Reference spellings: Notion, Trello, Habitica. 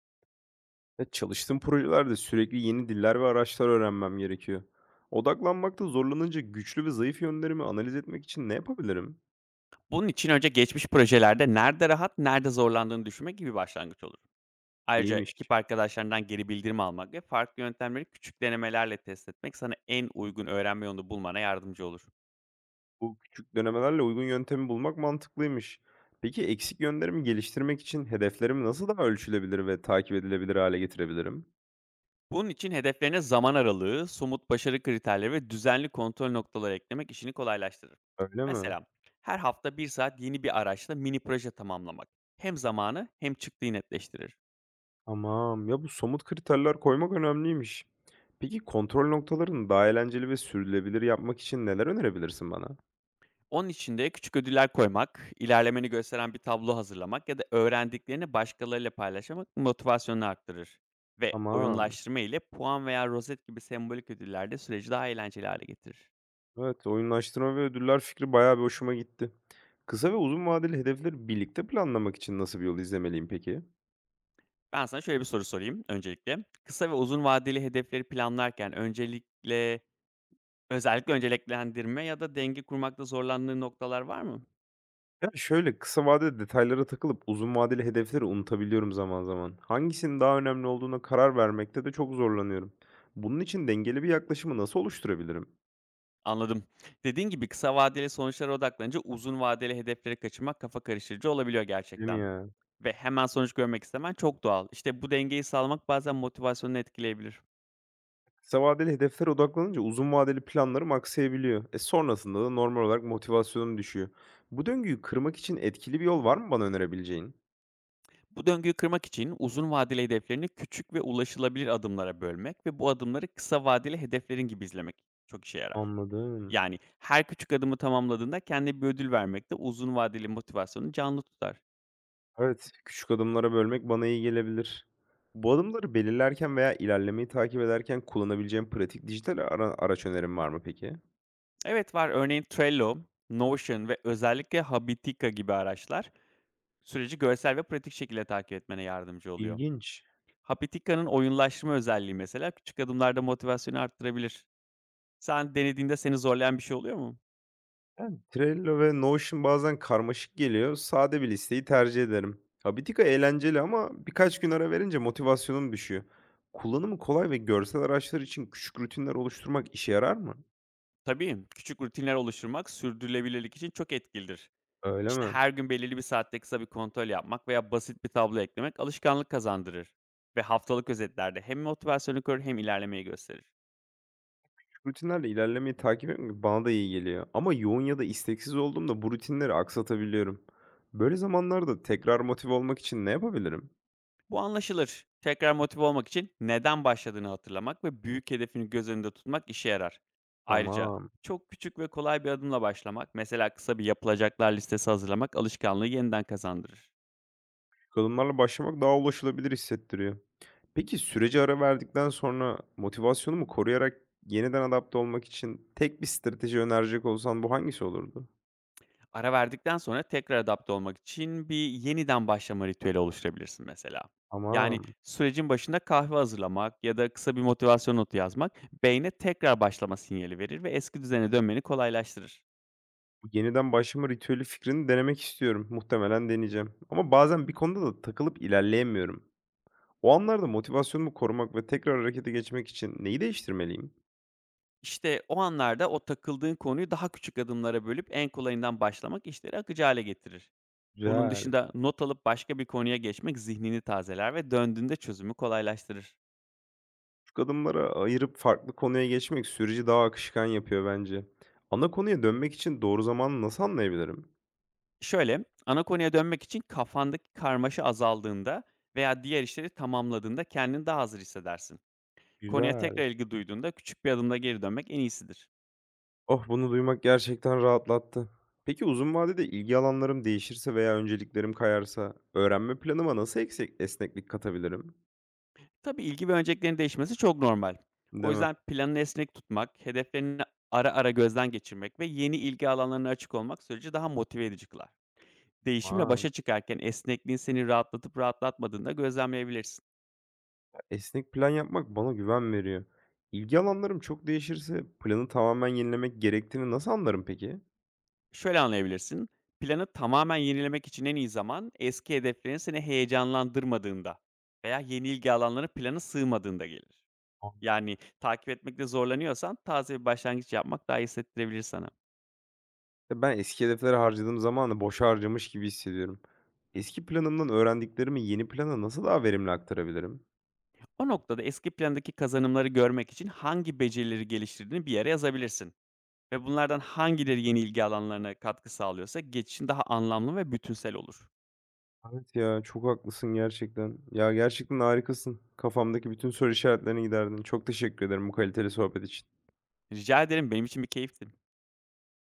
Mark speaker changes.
Speaker 1: Ya, çalıştığım projelerde sürekli yeni diller ve araçlar öğrenmem gerekiyor. Odaklanmakta zorlanınca güçlü ve zayıf yönlerimi analiz etmek için ne yapabilirim?
Speaker 2: Bunun için önce geçmiş projelerde nerede rahat, nerede zorlandığını düşünmek gibi bir başlangıç olur. Ayrıca
Speaker 1: İyiymiş.
Speaker 2: ekip arkadaşlarından geri bildirim almak ve farklı yöntemleri küçük denemelerle test etmek sana en uygun öğrenme yolunu bulmana yardımcı olur.
Speaker 1: Bu küçük denemelerle uygun yöntemi bulmak mantıklıymış. Peki eksik yönlerimi geliştirmek için hedeflerimi nasıl daha ölçülebilir ve takip edilebilir hale getirebilirim?
Speaker 2: Bunun için hedeflerine zaman aralığı, somut başarı kriterleri ve düzenli kontrol noktaları eklemek işini kolaylaştırır.
Speaker 1: Öyle mi?
Speaker 2: Mesela her hafta bir saat yeni bir araçla mini proje tamamlamak hem zamanı hem çıktıyı netleştirir.
Speaker 1: Tamam. Ya bu somut kriterler koymak önemliymiş. Peki kontrol noktalarını daha eğlenceli ve sürdürülebilir yapmak için neler önerebilirsin bana?
Speaker 2: Onun için de küçük ödüller koymak, ilerlemeni gösteren bir tablo hazırlamak ya da öğrendiklerini başkalarıyla paylaşmak motivasyonunu arttırır. Ve
Speaker 1: Tamam.
Speaker 2: oyunlaştırma ile puan veya rozet gibi sembolik ödüller de süreci daha eğlenceli hale getirir.
Speaker 1: Evet, oyunlaştırma ve ödüller fikri bayağı bir hoşuma gitti. Kısa ve uzun vadeli hedefleri birlikte planlamak için nasıl bir yol izlemeliyim peki?
Speaker 2: Ben sana şöyle bir soru sorayım öncelikle. Kısa ve uzun vadeli hedefleri planlarken öncelikle özellikle önceliklendirme ya da denge kurmakta zorlandığın noktalar var mı?
Speaker 1: Ya şöyle, kısa vadede detaylara takılıp uzun vadeli hedefleri unutabiliyorum zaman zaman. Hangisinin daha önemli olduğuna karar vermekte de çok zorlanıyorum. Bunun için dengeli bir yaklaşımı nasıl oluşturabilirim?
Speaker 2: Anladım. Dediğin gibi kısa vadeli sonuçlara odaklanınca uzun vadeli hedefleri kaçırmak kafa karıştırıcı olabiliyor
Speaker 1: Değil mi
Speaker 2: gerçekten.
Speaker 1: ya?
Speaker 2: Ve hemen sonuç görmek istemen çok doğal. İşte bu dengeyi sağlamak bazen motivasyonunu etkileyebilir.
Speaker 1: Kısa vadeli hedeflere odaklanınca uzun vadeli planlarım aksayabiliyor. E sonrasında da normal olarak motivasyonum düşüyor. Bu döngüyü kırmak için etkili bir yol var mı bana önerebileceğin?
Speaker 2: Bu döngüyü kırmak için uzun vadeli hedeflerini küçük ve ulaşılabilir adımlara bölmek ve bu adımları kısa vadeli hedeflerin gibi izlemek çok işe yarar.
Speaker 1: Anladım.
Speaker 2: Yani her küçük adımı tamamladığında kendine bir ödül vermek de uzun vadeli motivasyonu canlı tutar.
Speaker 1: Evet, küçük adımlara bölmek bana iyi gelebilir. Bu adımları belirlerken veya ilerlemeyi takip ederken kullanabileceğim pratik dijital araç önerim var mı peki?
Speaker 2: Evet var, örneğin Trello, Notion ve özellikle Habitica gibi araçlar süreci görsel ve pratik şekilde takip etmene yardımcı oluyor.
Speaker 1: İlginç.
Speaker 2: Hapitika'nın oyunlaştırma özelliği mesela küçük adımlarda motivasyonu arttırabilir. Sen denediğinde seni zorlayan bir şey oluyor mu?
Speaker 1: Yani Trello ve Notion bazen karmaşık geliyor. Sade bir listeyi tercih ederim. Habitika eğlenceli ama birkaç gün ara verince motivasyonum düşüyor. Kullanımı kolay ve görsel araçlar için küçük rutinler oluşturmak işe yarar mı?
Speaker 2: Tabii, küçük rutinler oluşturmak sürdürülebilirlik için çok etkilidir.
Speaker 1: Öyle
Speaker 2: İşte
Speaker 1: mi?
Speaker 2: her gün belirli bir saatte kısa bir kontrol yapmak veya basit bir tablo eklemek alışkanlık kazandırır. Ve haftalık özetlerde hem motivasyonu korur hem ilerlemeyi gösterir.
Speaker 1: Rutinlerle ilerlemeyi takip etmek bana da iyi geliyor ama yoğun ya da isteksiz olduğumda bu rutinleri aksatabiliyorum. Böyle zamanlarda tekrar motive olmak için ne yapabilirim?
Speaker 2: Bu anlaşılır. Tekrar motive olmak için neden başladığını hatırlamak ve büyük hedefini göz önünde tutmak işe yarar. Ayrıca
Speaker 1: Tamam.
Speaker 2: çok küçük ve kolay bir adımla başlamak, mesela kısa bir yapılacaklar listesi hazırlamak alışkanlığı yeniden kazandırır.
Speaker 1: Kadınlarla başlamak daha ulaşılabilir hissettiriyor. Peki sürece ara verdikten sonra motivasyonumu koruyarak yeniden adapte olmak için tek bir strateji önerecek olsan bu hangisi olurdu?
Speaker 2: Ara verdikten sonra tekrar adapte olmak için bir yeniden başlama ritüeli oluşturabilirsin mesela. Yani
Speaker 1: Tamam.
Speaker 2: sürecin başında kahve hazırlamak ya da kısa bir motivasyon notu yazmak beyne tekrar başlama sinyali verir ve eski düzene dönmeni kolaylaştırır.
Speaker 1: Bu yeniden başlama ritüeli fikrini denemek istiyorum. Muhtemelen deneyeceğim. Ama bazen bir konuda da takılıp ilerleyemiyorum. O anlarda motivasyonumu korumak ve tekrar harekete geçmek için neyi değiştirmeliyim?
Speaker 2: İşte, o anlarda o takıldığın konuyu daha küçük adımlara bölüp en kolayından başlamak işleri akıcı hale getirir. Bunun
Speaker 1: Güzel.
Speaker 2: dışında not alıp başka bir konuya geçmek zihnini tazeler ve döndüğünde çözümü kolaylaştırır.
Speaker 1: Küçük adımlara ayırıp farklı konuya geçmek süreci daha akışkan yapıyor bence. Ana konuya dönmek için doğru zamanı nasıl anlayabilirim?
Speaker 2: Şöyle, ana konuya dönmek için kafandaki karmaşa azaldığında veya diğer işleri tamamladığında kendini daha hazır hissedersin. Konuya
Speaker 1: Güzel.
Speaker 2: tekrar ilgi duyduğunda küçük bir adımda geri dönmek en iyisidir.
Speaker 1: Oh, bunu duymak gerçekten rahatlattı. Peki uzun vadede ilgi alanlarım değişirse veya önceliklerim kayarsa öğrenme planıma nasıl eksik esneklik katabilirim?
Speaker 2: Tabii, ilgi ve önceliklerin değişmesi çok normal. O
Speaker 1: Değil mi?
Speaker 2: yüzden planını esnek tutmak, hedeflerini ara ara gözden geçirmek ve yeni ilgi alanlarına açık olmak süreci daha motive edici kılar. Değişimle
Speaker 1: Aman.
Speaker 2: başa çıkarken esnekliğin seni rahatlatıp rahatlatmadığını da gözlemleyebilirsin.
Speaker 1: Esnek plan yapmak bana güven veriyor. İlgi alanlarım çok değişirse planı tamamen yenilemek gerektiğini nasıl anlarım peki?
Speaker 2: Şöyle anlayabilirsin. Planı tamamen yenilemek için en iyi zaman, eski hedeflerin seni heyecanlandırmadığında veya yeni ilgi alanları plana sığmadığında gelir. Yani takip etmekte zorlanıyorsan taze bir başlangıç yapmak daha iyi hissettirebilir sana.
Speaker 1: Ya ben eski hedeflere harcadığım zamanı boşa harcamış gibi hissediyorum. Eski planımdan öğrendiklerimi yeni plana nasıl daha verimli aktarabilirim?
Speaker 2: O noktada eski plandaki kazanımları görmek için hangi becerileri geliştirdiğini bir yere yazabilirsin. Ve bunlardan hangileri yeni ilgi alanlarına katkı sağlıyorsa geçişin daha anlamlı ve bütünsel olur.
Speaker 1: Evet ya, çok haklısın gerçekten. Ya gerçekten harikasın. Kafamdaki bütün soru işaretlerini giderdin. Çok teşekkür ederim bu kaliteli sohbet için.
Speaker 2: Rica ederim, benim için bir keyifti.